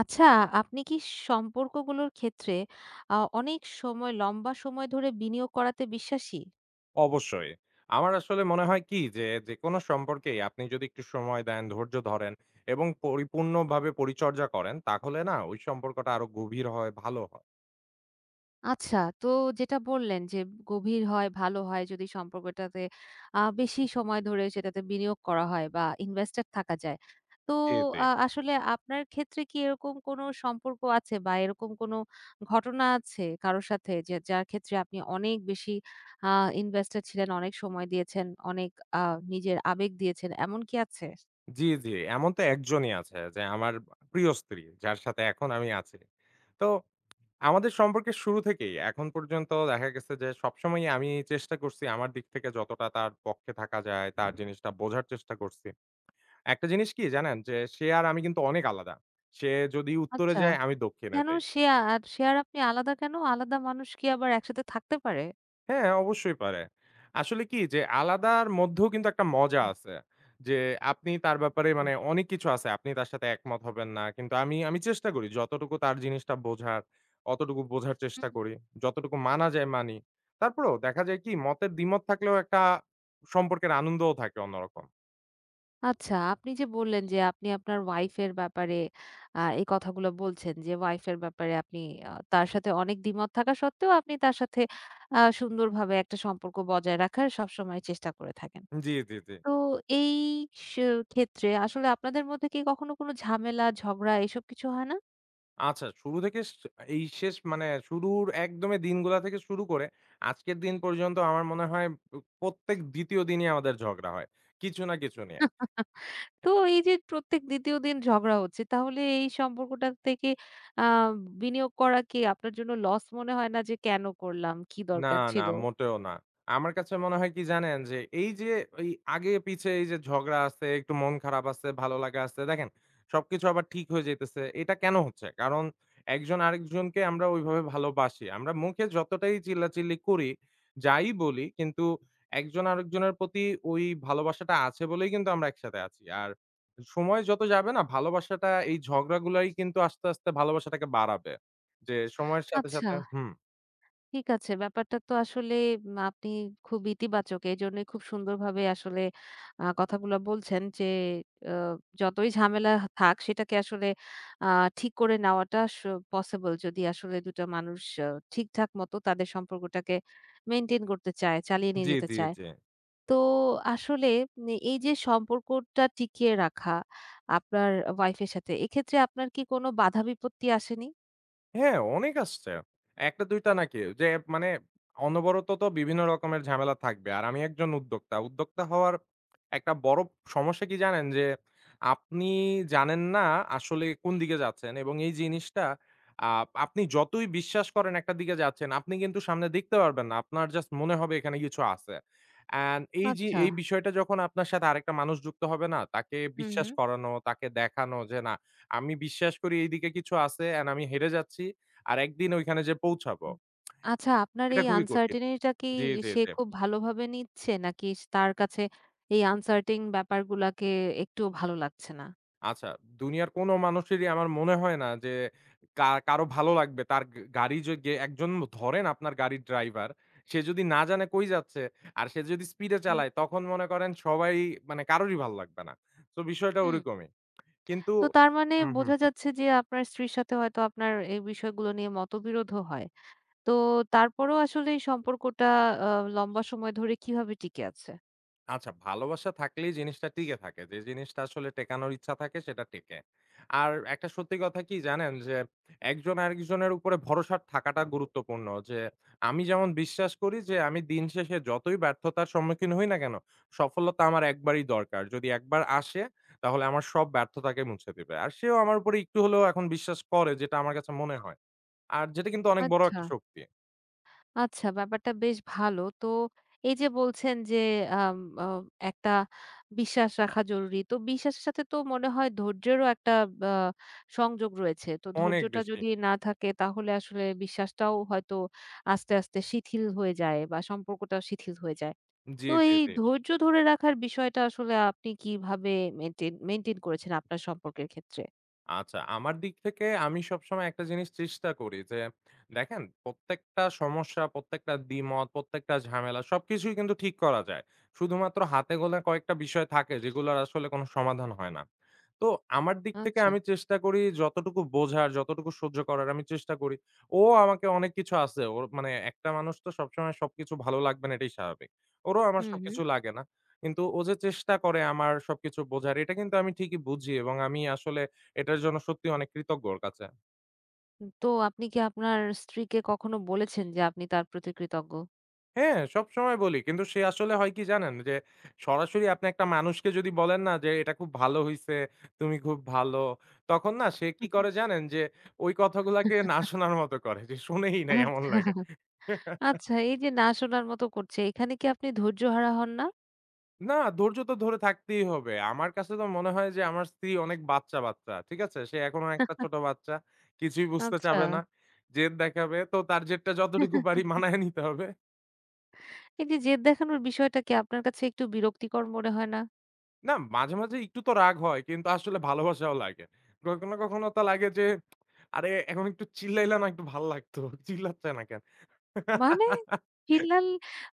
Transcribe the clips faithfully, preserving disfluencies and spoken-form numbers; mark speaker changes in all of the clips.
Speaker 1: আচ্ছা, আপনি কি সম্পর্কগুলোর ক্ষেত্রে আ অনেক সময় লম্বা সময় ধরে বিনিয়োগ করাতে বিশ্বাসী?
Speaker 2: অবশ্যই। আমার আসলে মনে হয় কি যে, যেকোনো সম্পর্কেই আপনি যদি একটু সময় দেন, ধৈর্য ধরেন এবং পরিপূর্ণভাবে পরিচর্যা করেন, তাহলে না ওই সম্পর্কটা আরো গভীর হয়, ভালো হয়।
Speaker 1: আচ্ছা, তো যেটা বললেন যে গভীর হয়, ভালো হয় যদি সম্পর্কটাতে আ বেশি সময় ধরে সেটাতে বিনিয়োগ করা হয় বা ইনভেস্টেড থাকা যায়। তো
Speaker 2: জি, জি।
Speaker 1: আ আসলে আপনার ক্ষেত্রে কি এরকম কোনো সম্পর্ক আছে বা এরকম কোনো ঘটনা আছে কারো সাথে যে যার ক্ষেত্রে আপনি অনেক বেশি আ ইনভেস্টেড ছিলেন, অনেক সময় দিয়েছেন, অনেক আ নিজের আবেগ দিয়েছেন এমন কি আছে?
Speaker 2: জি, জি। এমন তো একজনই আছে যে আমার প্রিয় স্ত্রী, যার সাথে এখন আমি আছি। তো আমাদের সম্পর্কের শুরু থেকেই এখন পর্যন্ত দেখা গেছে যে সবসময়ই আমি চেষ্টা করছি আমার দিক থেকে যতটা তার পক্ষে থাকা যায়, তার জিনিসটা বোঝার চেষ্টা করছি। একটা জিনিস কি জানেন? যে সে আর আমি কিন্তু অনেক আলাদা। সে যদি উত্তরে
Speaker 1: আচ্ছা।
Speaker 2: যায়, আমি দক্ষিণে
Speaker 1: কেন
Speaker 2: যাই।
Speaker 1: শেয়ার? শেয়ার আপনি আলাদা কেন? আলাদা মানুষ কি আবার একসাথে থাকতে পারে?
Speaker 2: হ্যাঁ, অবশ্যই পারে। আসলে কি যে আলাদার মধ্যেও কিন্তু একটা মজা
Speaker 1: হুম।
Speaker 2: আছে। যে আপনি তার ব্যাপারে
Speaker 1: হুম।
Speaker 2: মানে অনেক কিছু আছে। আপনি তার সাথে একমত হবেন না। কিন্তু আমি আমি চেষ্টা করি যতটুকু তার জিনিসটা বোঝার, অতটুকু বোঝার চেষ্টা
Speaker 1: হুম।
Speaker 2: করি। যতটুকু মানা যায় মানি। তারপরেও দেখা যায় কি মতের দ্বিমত থাকলেও একটা সম্পর্কের আনন্দও থাকে অন্যরকম।
Speaker 1: আচ্ছা, আপনি যে বললেন যে আপনি আপনার ওয়াইফ এর ব্যাপারে আ এই কথাগুলো বলছেন যে ওয়াইফ এর ব্যাপারে আপনি আ তার সাথে অনেক দ্বিমত থাকা সত্ত্বেও আপনি তার সাথে আ সুন্দরভাবে একটা সম্পর্ক বজায় রাখার সবসময় চেষ্টা করে থাকেন।
Speaker 2: জি, জি, জি।
Speaker 1: তো এই স ক্ষেত্রে আসলে আপনাদের মধ্যে কি কখনো কোনো ঝামেলা, ঝগড়া এসব কিছু হয় না?
Speaker 2: আচ্ছা শুরু থেকে স এই শেষ মানে শুরুর একদমই দিনগুলা থেকে শুরু করে আজকের দিন পর্যন্ত আমার মনে হয় প প্রত্যেক দ্বিতীয় দিনই আমাদের ঝগড়া হয়। কিছু না কিছু নিয়ে।
Speaker 1: তো এই যে প্রত্যেক দ্বিতীয় দিন ঝগড়া হচ্ছে, তাহলে এই সম্পর্কটা থেকে আ বিনিয়োগ করা কি আপনার জন্য লস মনে হয় না যে কেন করলাম? কি
Speaker 2: না,
Speaker 1: দরকার
Speaker 2: না,
Speaker 1: ছিল?
Speaker 2: মোটেও না। আমার কাছে মনে হয় কি জানেন? যে এই যে এই আগে পিছে এই যে ঝগড়া আছে, একটু মন খারাপ আছে, ভালো লাগা আছে। দেখেন সবকিছু আবার ঠিক হয়ে যাইতেছে। এটা কেন হচ্ছে? কারণ একজন আরেকজনকে আমরা ওইভাবে ভালোবাসি। আমরা মুখে যতটাই চিল্লাচিল্লি করি, যাই বলি কিন্তু একজন আরেকজনের প্রতি ওই ভালোবাসাটা আছে বলেই কিন্তু আমরা একসাথে আছি। আর সময় যত যাবে না ভালোবাসাটা এই ঝগড়াগুলাই কিন্তু আস্তে, আস্তে ভালোবাসাটাকে বাড়াবে। যে সময়ের সাথে,
Speaker 1: আচ্ছা,
Speaker 2: সাথে হুম।
Speaker 1: ঠিক আছে। ব্যাপারটা তো আসলে উম আপনি খুব ইতিবাচক। এজন্যই খুব সুন্দরভাবে আসলে আ কথাগুলা বলছেন যে আ যতই ঝামেলা থাক সেটাকে আসলে আ ঠিক করে নেওয়াটা স পসিবল যদি আসলে দুটি টা মানুষ আ ঠিকঠাক মতো তাদের সম্পর্কটাকে মেইনটেইন করতে চায়, চালিয়ে নিয়ে
Speaker 2: জি,
Speaker 1: যেতে
Speaker 2: জি,
Speaker 1: চায়।
Speaker 2: জি।
Speaker 1: তো আসলে উম এই যে সম্পর্কটা টিকিয়ে রাখা আপনার ওয়াইফের সাথে, এক্ষেত্রে আপনার কি কোনো বাধা বিপত্তি আসেনি?
Speaker 2: হ্যাঁ, অনেক আসছে। এক টা দুই টা নাকি যে মানে অনবরত তো বিভিন্ন রকমের ঝামেলা থাকবে। আর আমি একজন উদ্যোক্তা। উদ্যোক্তা হওয়ার একটা বড় সমস্যা কি জানেন? যে আপনি জানেন না আসলে কোন দিকে যাচ্ছেন এবং এই জিনিসটা আ আপনি যতই বিশ্বাস করেন একটা দিকে যাচ্ছেন, আপনি কিন্তু সামনে দেখতে পারবেন না। আপনার জাস্ট মনে হবে এখানে কিছু আছে। অ্যান্ড এই যে
Speaker 1: আচ্ছা।
Speaker 2: এই বিষয়টা যখন আপনার সাথে আরেকটা মানুষ যুক্ত হবে না, তাকে
Speaker 1: হুম,
Speaker 2: বিশ্বাস
Speaker 1: হুম।
Speaker 2: করানো, তাকে দেখানো যে না আমি বিশ্বাস করি এইদিকে কিছু আছে অ্যান্ড আমি হেরে যাচ্ছি। আর একদিন ওইখানে যেয়ে পৌঁছাবো।
Speaker 1: হুম। আচ্ছা আপনার
Speaker 2: এটা
Speaker 1: এই
Speaker 2: খুবই কঠিন।
Speaker 1: uncertainty টা কি
Speaker 2: জি, জি,
Speaker 1: সে
Speaker 2: জি।
Speaker 1: খুব ভালোভাবে নিচ্ছে? নাকি স তার কাছে এই uncertain ব্যাপারগুলাকে একটুও ভালো লাগছে না?
Speaker 2: আচ্ছা, দুনিয়ার কোনো মানুষেরই আমার মনে হয় না যে কা কারো ভালো লাগবে। তার গা গাড়ি য গে একজন ধরেন আপনার গাড়ির ড্রাইভার, সে যদি না জানে কই যাচ্ছে আর সে যদি স্পিডে
Speaker 1: হুম,
Speaker 2: চালায় তখন মনে করেন সবাই মানে কারোরই ভাল লাগবে না। তো বিষয়টা
Speaker 1: হুম।
Speaker 2: ওরকমই। কিন্তু
Speaker 1: তো তার মানে
Speaker 2: হুম, হুম,
Speaker 1: বোঝা
Speaker 2: হুম।
Speaker 1: যাচ্ছে যে আপনার স্ত্রীর সাথে হয়তো আপনার এই বিষয়গুলো নিয়ে মতবিরোধও হয়। তো তারপরেও আসলে এই সম্পর্কটা আ লম্বা সময় ধরে কিভাবে টিকে আছে?
Speaker 2: আচ্ছা, ভালোবাসা থাকলেই জিনিসটা টিকে থাকে। যে জিনিসটা আসলে টেকানোর ইচ্ছা থাকে সেটা টেকে। আর একটা সত্যি কথা কি জানেন? যে একজন আরেকজনের উপরে ভরসা থাকাটা গুরুত্বপূর্ণ। যে আমি যেমন বিশ্বাস করি যে আমি দিন শেষে যতই ব্যর্থতার সম্মুখীন হই না কেন, সফলতা আমার একবারই দরকার। যদি একবার আসে তাহলে আমার সব ব্যর্থতাকে মুছে দিবে। আর সেও আমার উপরে একটু হলেও এখন বিশ্বাস করে যেটা আমার কাছে মনে হয়। আর যেটা কিন্তু অনেক বড়
Speaker 1: আচ্ছা,
Speaker 2: একটা শক্তি।
Speaker 1: আচ্ছা ব্যাপারটা বেশ ভালো। তো এই যে বলছেন যে আম আ একটা বিশ্বাস রাখা জরুরি। তো বিশ্বাসের সাথে তো মনে হয় ধৈর্যেরও একটা আ সংযোগ রয়েছে। তো
Speaker 2: অনেক
Speaker 1: ধৈর্যটা
Speaker 2: বেশি।
Speaker 1: যদি না থাকে তাহলে আসলে বিশ্বাসটাও হয়তো আস্তে, আস্তে শিথিল হয়ে যায় বা সম্পর্কটা শিথিল হয়ে যায়।
Speaker 2: জি,
Speaker 1: তো
Speaker 2: জি,
Speaker 1: এই
Speaker 2: জি।
Speaker 1: ধৈর্য ধরে রাখার বিষয়টা আসলে আপনি কিভাবে মেইনটেইন মেইনটেইন করেছেন আপনার সম্পর্কের ক্ষেত্রে?
Speaker 2: আচ্ছা, আমার দিক থেকে আমি সবসময় একটা জিনিস চেষ্টা করি যে, দেখেন প্রত্যেকটা সমস্যা, প্রত্যেকটা দ্বিমত, প্রত্যেকটা ঝামেলা সবকিছুই কিন্তু ঠিক করা যায়। শুধুমাত্র হাতে গোনা কয়েকটা বিষয় থাকে যেগুলোর আসলে কোনো সমাধান হয় না। তো আমার দিক থেকে
Speaker 1: আচ্ছা।
Speaker 2: আমি চেষ্টা করি যতটুকু বোঝার, যতটুকু সহ্য করার আমি চেষ্টা করি। ও আমাকে অনেক কিছু আছে। ওর মানে একটা মানুষ তো সবসময় সবকিছু ভালো লাগবে না এটাই স্বাভাবিক। ওরও আমার
Speaker 1: হুম, হুম।
Speaker 2: সবকিছু লাগে না। কিন্তু ও যে চেষ্টা করে আমার সবকিছু বোঝার এটা কিন্তু আমি ঠিকই বুঝি এবং আমি আসলে এটার জন্য সত্যি অনেক কৃতজ্ঞ ওর কাছে।
Speaker 1: তো আপনি কি আপনার স্ত্রীকে কখনো বলেছেন যে আপনি তার প্রতি কৃতজ্ঞ?
Speaker 2: হ্যাঁ, সবসময় বলি। কিন্তু সে আসলে হয় কি জানেন? যে সরাসরি আপনি একটা মানুষকে যদি বলেন না যে, "এটা খুব ভালো হইছে, তুমি খুব ভালো।" তখন না সে কি করে জানেন? যে ওই কথাগুলাকে না শোনার মতো করে যে শোনেই নাই এমন
Speaker 1: আচ্ছা,
Speaker 2: লাগে।
Speaker 1: আচ্ছা এই যে না শোনার মতো করছে, এখানে কি আপনি ধৈর্যহারা হন না?
Speaker 2: না, ধৈর্য তো ধরে থাকতেই হবে। আমার কাছে তো মনে হয় যে আমার স্ত্রী অনেক বাচ্চা, বাচ্চা। ঠিক আছে? সে এখনো একটা ছোট বাচ্চা। কিছুই বুঝতে
Speaker 1: আচ্ছা।
Speaker 2: চাবে না। জেদ দেখাবে। তো তার জেদটা যতটুকু পারি মানায় নিতে হবে।
Speaker 1: এই যে জেদ দেখানোর বিষয়টা কি আপনার কাছে একটু বিরক্তিকর মনে হয় না?
Speaker 2: না মাঝে, মাঝে একটু তো রাগ হয়। কিন্তু আসলে ভালোবাসাও লাগে। কখনো, কখনো তো লাগে যে, "আরে এখন একটু চিল্লাইলে না একটু ভাল লাগতো। চিল্লাচ্ছে না কেন?"
Speaker 1: মানে চিল্লাল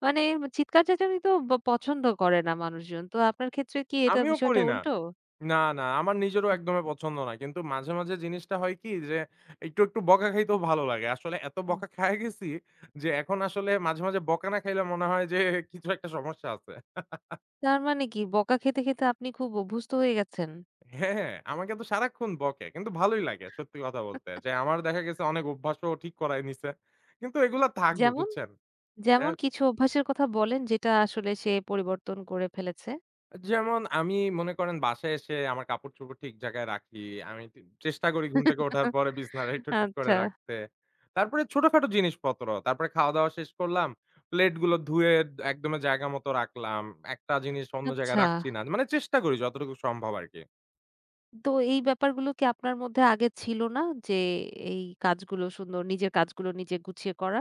Speaker 1: মানে চিৎকার চেঁচামেচি তো ব পছন্দ করে না মানুষজন। তো আপনার ক্ষেত্রে কি এটা
Speaker 2: আমিও করি
Speaker 1: বিষয়টা
Speaker 2: না।
Speaker 1: উল্টো?
Speaker 2: না, না আমার নিজেরও একদমই পছন্দ না। কিন্তু মাঝে, মাঝে জিনিসটা হয় কি যে, একটু, একটু বকা খাইতেও ভালো লাগে। আসলে এত
Speaker 1: হুম।
Speaker 2: বকা খায়া গেছি যে, এখন আসলে মাঝে, মাঝে বকা না খাইলে মনে হয় যে কিছু একটা সমস্যা আছে।
Speaker 1: তার মানে কি বকা খেতে, খেতে আপনি খুব অভ্যস্ত হয়ে গেছেন?
Speaker 2: হ্যাঁ, হ্যাঁ, আমাকে তো সারাক্ষণ বকে। কিন্তু ভালোই লাগে সত্যি কথা বলতে। যে আমার দেখা গেছে অনেক অভ্যাসও ঠিক করায় নিছে। কিন্তু এগুলা থাকবে
Speaker 1: যেমন?
Speaker 2: বুঝছেন? অ্যা
Speaker 1: যেমন কিছু অভ্যাসের কথা বলেন যেটা আসলে সে পরিবর্তন করে ফেলেছে?
Speaker 2: যেমন আমি মনে করেন বাসায় এসে আমার কাপড়-চোপড় ঠিক জায়গায় রাখি। আমি তি চেষ্টা করি ঘুম থেকে ওঠার পরে বিছানাটা একটু ঠিক করে
Speaker 1: আচ্ছা,
Speaker 2: রাখতে। তারপরে ছোটখাটো জিনিসপত্র। তারপরে খাওয়া-দাওয়া শেষ করলাম। প্লেটগুলো ধুয়ে একদমে জায়গা মতো রাখলাম। একটা জিনিস অন্য জায়গায়
Speaker 1: আচ্ছা।
Speaker 2: রাখছি না। মানে চেষ্টা করি যতটুকু সম্ভব আরকি।
Speaker 1: তো এই ব্যাপারগুলো কি আপনার মধ্যে আগে ছিল না? যে এই কাজগুলো সুন্দর নিজের কাজগুলো নিজে গুছিয়ে করা?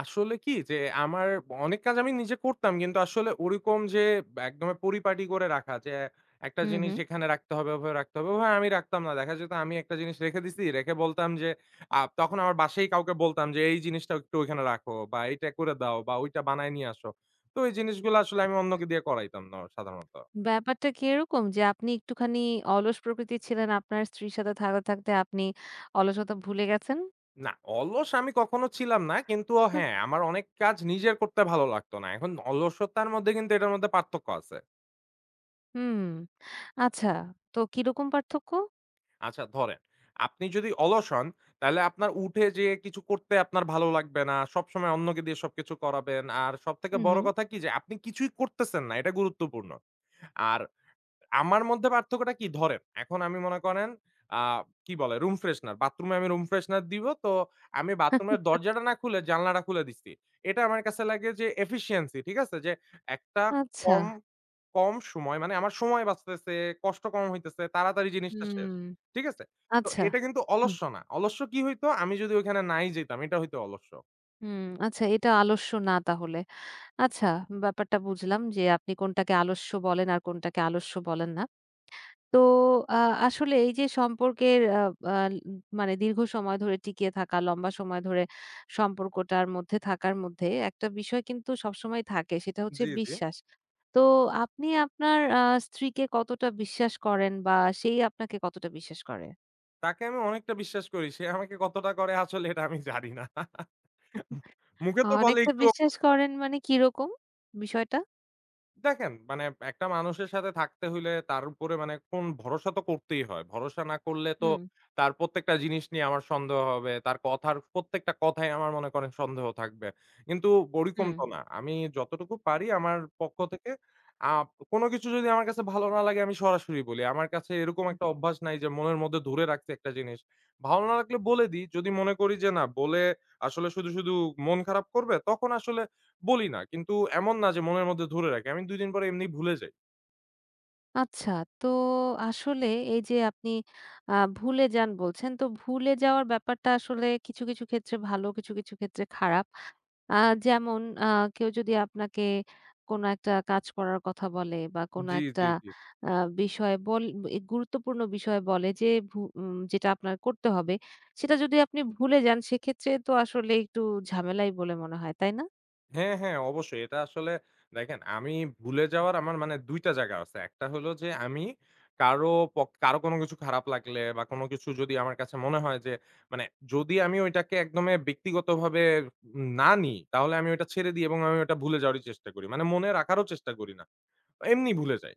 Speaker 2: আসলে কি যে আমার অনেক কাজ আমি নিজে করতাম কিন্তু আসলে ওরকম যে একদমে পরিপাটি করে রাখা যে একটা
Speaker 1: হুম,
Speaker 2: জিনিস
Speaker 1: হুম।
Speaker 2: এখানে রাখতে হবে ওভাবে রাখতে হবে ওভাবে আমি রাখতাম না দেখা যেত আমি একটা জিনিস রেখে দিছি রেখে বলতাম যে আহ, তখন আমার বাসায় কাউকে বলতাম যে এই জিনিসটা একটু ওইখানে রাখো বা এইটা করে দাও বা ওইটা বানায় নিয়ে আসো তো এই জিনিসগুলো আসলে আমি অন্যকে দিয়ে করাইতাম না সাধারণত
Speaker 1: ব্যাপারটা কি এরকম যে আপনি একটুখানি অলস প্রকৃতির ছিলেন, আপনার স্ত্রীর সাথে থাকতে, থাকতে আপনি অলসতা ভুলে গেছেন?
Speaker 2: না অলস আমি কখনো ছিলাম না কিন্তু হ্যাঁ আমার অনেক কাজ নিজের করতে ভালো লাগতো না এখন অলসতার মধ্যে কিন্তু এটার মধ্যে পার্থক্য আছে
Speaker 1: হুম, আচ্ছা। তো কিরকম পার্থক্য?
Speaker 2: আচ্ছা ধরেন, আপনি যদি অলস হন, তাহলে আপনার উঠে যেয়ে কিছু করতে আপনার ভালো লাগবে না। সবসময় অন্যকে দিয়ে সবকিছু করাবেন। আর সবথেকে
Speaker 1: হুম,
Speaker 2: বড়
Speaker 1: হুম।
Speaker 2: কথা কি যে আপনি কিছুই করতেছেন না, এটা গুরুত্বপূর্ণ। আর আমার মধ্যে পার্থক্যটা কি ধরেন, এখন আমি মনে করেন আ কি বলে রুম ফ্রেশনার। বাথরুমে আমি রুম ফ্রেশনার দিব তো আমি বাথরুমের দরজাটা না খুলে জানলাটা খুলে দিচ্ছি। এটা আমার কাছে লাগে যে এফিশিয়েন্সি ঠিক আছে? যে একটা
Speaker 1: আচ্ছা,
Speaker 2: কম, কম সময় মানে আমার সময় বাঁচতেছে, কষ্ট কম হইতেছে, তাড়াতাড়ি জিনিসটা শেষ।
Speaker 1: হুম,
Speaker 2: ঠিক আছে? তো
Speaker 1: আচ্ছা।
Speaker 2: এটা কিন্তু অলস্য না। অলস্য কি হইতো? আমি যদি ওইখানে নাই যেতাম এটা হইতো অলস্য।
Speaker 1: হুম, আচ্ছা এটা আলস্য না তাহলে। আচ্ছা ব্যাপারটা বুঝলাম যে আপনি কোনটাকে আলস্য বলেন আর কোনটাকে আলস্য বলেন না। তো আ আসলে এই যে সম্পর্কের আ আ মানে দীর্ঘ সময় ধরে টিকিয়ে থাকা, লম্বা সময় ধরে সম্পর্কটার মধ্যে থাকার মধ্যে একটা বিষয় কিন্তু সবসময় থাকে সেটা হচ্ছে
Speaker 2: জি, জি।
Speaker 1: বিশ্বাস। তো আপনি আপনার আ স্ত্রীকে কতটা বিশ্বাস করেন বা সেই আপনাকে কতটা বিশ্বাস করে?
Speaker 2: তাকে আমি অনেকটা বিশ্বাস করি। সে আমাকে কতটা করে আসলে এটা আমি জানি না। মুখে তো বলে
Speaker 1: অনেকটা
Speaker 2: একটুও
Speaker 1: বিশ্বাস
Speaker 2: করে না।
Speaker 1: করেন মানে কিরকম বিষয়টা?
Speaker 2: দেখেন মানে একটা মানুষের সাথে থাকতে হইলে তার উপরে মানে কোন ভরসা তো করতেই হয়। ভরসা না করলে তো
Speaker 1: হুম,
Speaker 2: তার প্রত্যেকটা জিনিস নিয়ে আমার সন্দেহ হবে। তার কথার প্রত্যেকটা কথায় আমার মনে করেন সন্দেহ থাকবে। কিন্তু ওরকম
Speaker 1: হুম।
Speaker 2: তো না। আমি যতটুকু পারি আমার পক্ষ থেকে আ কোন কিছু যদি আমার কাছে ভালো না লাগে আমি সরাসরি বলি। আমার কাছে এরকম একটা অভ্যাস নাই যে মনের মধ্যে ধরে রাখছি একটা জিনিস। ভালো না লাগলে বলে দিই। যদি মনে করি যে না বলে আসলে শুধু, শুধু মন খারাপ করবে তখন আসলে বলি না। কিন্তু এমন না যে মনের মধ্যে ধরে রাখি। আমি দুই দিন পরে এমনি ভুলে যাই।
Speaker 1: আচ্ছা, তো আসলে এই যে আপনি আ ভুলে যান বলছেন, তো ভুলে যাওয়ার ব্যাপারটা আসলে কিছু, কিছু ক্ষেত্রে ভালো, কিছু, কিছু ক্ষেত্রে খারাপ। আ যেমন আ কেউ যদি আপনাকে কোনো একটা কাজ করার কথা বলে বা কোনো
Speaker 2: জি,
Speaker 1: একটা
Speaker 2: জি, জি।
Speaker 1: আ বিষয় বল এ গুরুত্বপূর্ণ বিষয় বলে যে ভু উম যেটা আপনার করতে হবে, সেটা যদি আপনি ভুলে যান সেক্ষেত্রে তো আসলে একটু ঝামেলাই বলে মনে হয়, তাই না?
Speaker 2: হ্যাঁ, হ্যাঁ অবশ্যই। এটা আসলে দেখেন আমি ভুলে যাওয়ার আমার মানে দুই টা জায়গা আছে। একটা হলো যে আমি কারো পক কারো কোনো কিছু খারাপ লাগলে বা কোনো কিছু যদি আমার কাছে মনে হয় যে মানে যদি আমি ওইটাকে একদমে ব্যক্তিগতভাবে না নিই, তাহলে আমি ওইটা ছেড়ে দিই এবং আমি ওটা ভুলে যাওয়ারই চেষ্টা করি। মানে মনে রাখারও চেষ্টা করি না। এমনি ভুলে যাই।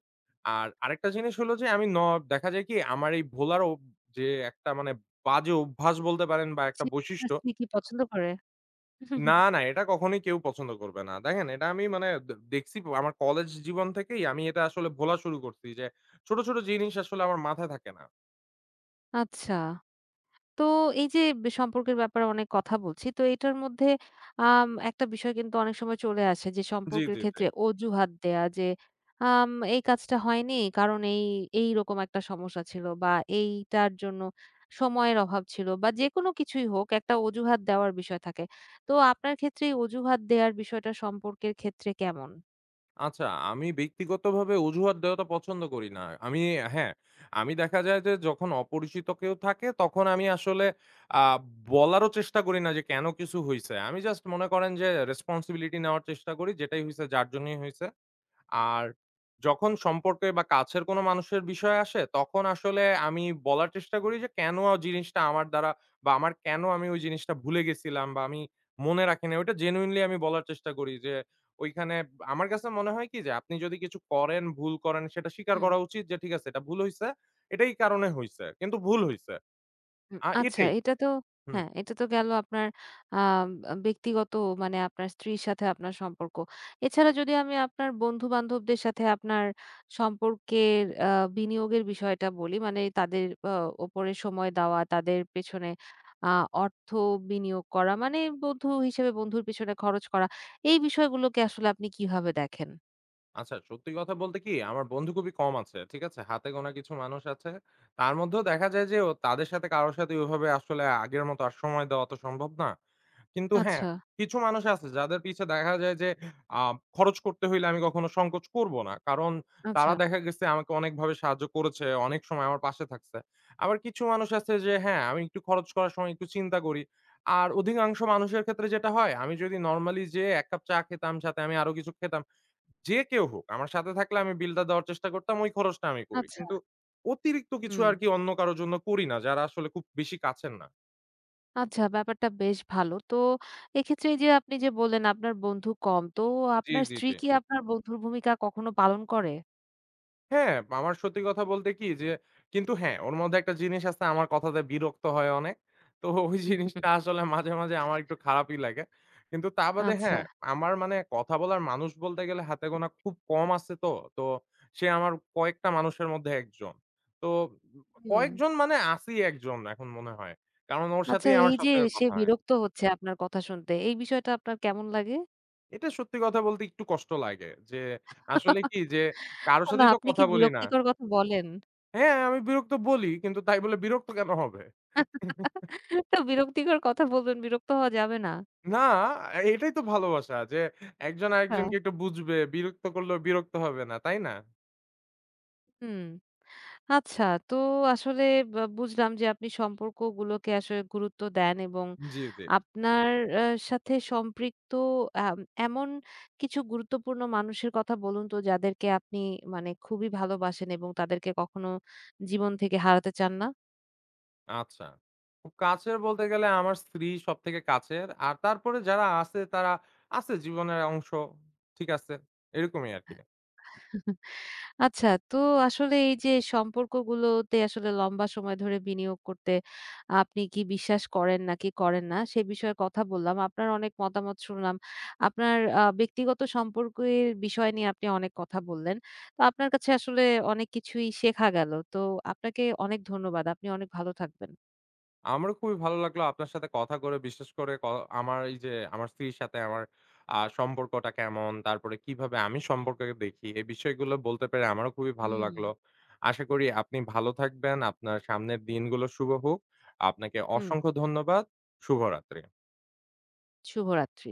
Speaker 2: আর আরেকটা জিনিস হলো যে আমি ন দেখা যায় কি আমার এই ভোলার অভ যে একটা মানে বাজে অভ্যাস বলতে পারেন বা একটা
Speaker 1: জি, আপনার
Speaker 2: বৈশিষ্ট্য,
Speaker 1: স্ত্রী কি পছন্দ করে?
Speaker 2: না, না এটা কখনোই কেউ পছন্দ করবে না। দেখেন এটা আমি মানে দে দেখছি আমার কলেজ জীবন থেকেই আমি এটা আসলে ভোলা শুরু করছি যে ছোট, ছোট জিনিস আসলে আমার মাথায় থাকে না।
Speaker 1: আচ্ছা। তো এই যে বে সম্পর্কের ব্যাপারে অনেক কথা বলছি। তো এটার মধ্যে আম একটা বিষয় কিন্তু অনেক সময় চলে আসে যে
Speaker 2: জি,
Speaker 1: সম্পর্কের
Speaker 2: জি, জি।
Speaker 1: ক্ষেত্রে অজুহাত দেয়া যে, আম "এই কাজটা হয়নি কারণ এই, এইরকম একটা সমস্যা ছিল বা এইটার জন্য সময়ের অভাব ছিল" বা যেকোনো কিছুই হোক একটা অজুহাত দেওয়ার বিষয় থাকে। তো আপনার ক্ষেত্রে এই অজুহাত দেয়ার বিষয়টা সম্পর্কের ক্ষেত্রে কেমন?
Speaker 2: আচ্ছা, আমি ব্যক্তিগতভাবে অজুহাত দেওয়াটা পছন্দ করি না। আমি হ্যাঁ, আমি দেখা যায় যে যখন অপরিচিত কেউ থাকে তখন আমি আসলে আ বলারও চেষ্টা করি না যে কেন কিছু হইছে। আমি জাস্ট মনে করেন যে রেসপনসিবিলিটি নেওয়ার চেষ্টা করি যেটাই হইছে যার জন্যই হইছে। আর যখন সম্পর্কে বা কাছের কোনো মানুষের বিষয় আসে, তখন আসলে আমি বলার চেষ্টা করি যে, কেন ওই জিনিসটা আমার দ্বারা বা আমার কেন আমি ওই জিনিসটা ভুলে গেছিলাম বা আমি মনে রাখি নাই। ওইটা genuinely আমি বলার চেষ্টা করি যে, ওইখানে আমার কাছে মনে হয় কি যে, আপনি যদি কিছু করেন, ভুল করেন, সেটা স্বীকার করা উচিত যে, ঠিক আছে এটা ভুল হইছে। এটাই কারণে হইছে। কিন্তু ভুল হইছে।
Speaker 1: হুম,
Speaker 2: আ
Speaker 1: আচ্ছা
Speaker 2: এটাই।
Speaker 1: এটা তো
Speaker 2: হুম।
Speaker 1: হ্যাঁ, এটা তো গেল আপনার আম আ ব্যক্তিগত মানে আপনার স্ত্রীর সাথে আপনার সম্পর্ক। এছাড়া যদি আমি আপনার বন্ধু-বান্ধবদের সাথে আপনার সম্পর্কের আ বিনিয়োগের বিষয়টা বলি, মানে তাদের আ উপরে সময় দেওয়া, তাদের পেছনে আ অর্থ বিনিয়োগ করা, মানে বন্ধু হিসেবে বন্ধুর পেছনে খরচ করা। এই বিষয়গুলোকে আসলে আপনি কিভাবে দেখেন?
Speaker 2: আচ্ছা, সত্যি কথা বলতে কি আমার বন্ধু খুবই কম আছে। ঠিক আছে? হাতে গোনা কিছু মানুষ আছে। তার মধ্যেও দেখা যায় যে ও তাদের সাথে কারো সাথে ওইভাবে আসলে আগের মতো আর সময় দেওয়া তো সম্ভব না। কিন্তু হ্যাঁ,
Speaker 1: আচ্ছা,
Speaker 2: কিছু মানুষ আছে যাদের পিছে দেখা যায় যে আ খরচ করতে হইলে আমি কখনো সংকোচ করব না। কারণ
Speaker 1: আচ্ছা,
Speaker 2: তারা দেখা গেছে আমাকে অনেকভাবে সাহায্য করেছে, অনেক সময় আমার পাশে থাকছে। আবার কিছু মানুষ আছে যে হ্যাঁ, আমি একটু খরচ করার সময় একটু চিন্তা করি। আর অধিকাংশ মানুষের ক্ষেত্রে যেটা হয় আমি যদি নরমালি যেয়ে এক কাপ চা খেতাম সাথে আমি আরো কিছু খেতাম। যে কেউ হোক আমার সাথে থাকলে আমি বিলটা দেওয়ার চেষ্টা করতাম। ওই খরচটা আমি করি।
Speaker 1: আচ্ছা।
Speaker 2: কিন্তু অতিরিক্ত কিছু
Speaker 1: হুম।
Speaker 2: আরকি অন্য কারো জন্য করি না যারা আসলে খুব বেশি কাছের না।
Speaker 1: আচ্ছা, ব্যাপারটা বেশ ভালো। তো এক্ষেত্রে এই যে আপনি যে বললেন আপনার বন্ধু কম, তো
Speaker 2: জি,
Speaker 1: আপনার
Speaker 2: জি,
Speaker 1: স্ত্রী
Speaker 2: জি।
Speaker 1: কি আপনার বন্ধুর ভূমিকা কখনো পালন করে?
Speaker 2: হ্যাঁ, আমার সত্যি কথা বলতে কি যে কিন্তু হ্যাঁ, ওর মধ্যে একটা জিনিস আছে আমার কথাতে বিরক্ত হয় অনেক। তো ওই জিনিসটা আসলে মাঝে, মাঝে আমার একটু খারাপই লাগে। কিন্তু তা বাদে
Speaker 1: আচ্ছা,
Speaker 2: হ্যাঁ, আমার মানে কথা বলার মানুষ বলতে গেলে হাতে গোনা খুব কম আছে তো। তো সে আমার কয়েকটা মানুষের মধ্যে একজন। তো
Speaker 1: হুম।
Speaker 2: কয়েকজন মানে আছেই একজন এখন মনে হয়। কারণ ওর
Speaker 1: আচ্ছা
Speaker 2: সাথেই আমার
Speaker 1: এই যে
Speaker 2: সবথেকে
Speaker 1: সে
Speaker 2: কথা হয়।
Speaker 1: বিরক্ত হচ্ছে আপনার কথা শুনতে, এই বিষয়টা আপনার কেমন লাগে?
Speaker 2: এটা সত্যি কথা বলতে একটু কষ্ট লাগে যে আসলে কি যে কারো
Speaker 1: না
Speaker 2: সাথেই তো
Speaker 1: আপনি
Speaker 2: কথা
Speaker 1: কি
Speaker 2: বলি না।
Speaker 1: বিরক্তিকর কথা বলেন?
Speaker 2: হ্যাঁ, আমি বিরক্ত বলি। কিন্তু তাই বলে বিরক্ত কেন হবে?
Speaker 1: তো বিরক্তিকর কথা বলবেন, বিরক্ত হওয়া যাবে না।
Speaker 2: না, এটাই তো ভালোবাসা যে একজন
Speaker 1: আচ্ছা,
Speaker 2: আরেকজনকে একটু বুঝবে, বিরক্ত করলেও বিরক্ত হবে না, তাই না?
Speaker 1: হুম। আচ্ছা, তো আসলে বা বুঝলাম যে আপনি সম্পর্কগুলোকে আসলে গুরুত্ব দেন এবং
Speaker 2: জি, জি।
Speaker 1: আপনার আ সাথে সম্পৃক্ত আম এমন কিছু গুরুত্বপূর্ণ মানুষের কথা বলুন তো যাদেরকে আপনি মানে খুবই ভালোবাসেন এবং তাদেরকে কখনো জীবন থেকে হারাতে চান না?
Speaker 2: আচ্ছা। খুব কাছের বলতে গেলে আমার স্ত্রী সবথেকে কাছের। আর তারপরে যারা আছে তারা আছে জীবনের অংশ। ঠিক আছে, এরকমই আরকি।
Speaker 1: আচ্ছা, তো আসলে এই যে সম্পর্কগুলোতে আসলে লম্বা সময় ধরে বিনিয়োগ করতে আপনি কি বিশ্বাস করেন নাকি করেন না, সে বিষয়ে কথা বললাম। আপনার অনেক মতামত শুনলাম। আপনার আ ব্যক্তিগত সম্পর্কের বিষয় নিয়ে আপনি অনেক কথা বললেন। তো আপনার কাছে আসলে অনেক কিছুই শেখা গেল। তো আপনাকে অনেক ধন্যবাদ। আপনি অনেক ভালো থাকবেন।
Speaker 2: আমারও খুবই ভালো লাগলো আপনার সাথে কথা করে। বিশেষ করে ক আমার এই যে আমার স্ত্রীর সাথে আমার আ সম্পর্কটা কেমন, তারপরে কিভাবে আমি সম্পর্ককে দেখি, এই বিষয়গুলো বলতে পেরে আমারও খুবই ভালো
Speaker 1: হুম।
Speaker 2: লাগলো। আশা করি আপনি ভালো থাকবেন। আপনার সামনের দিনগুলো শুভ হোক। আপনাকে
Speaker 1: হুম,
Speaker 2: অসংখ্য ধন্যবাদ। শুভরাত্রি।
Speaker 1: শুভরাত্রি।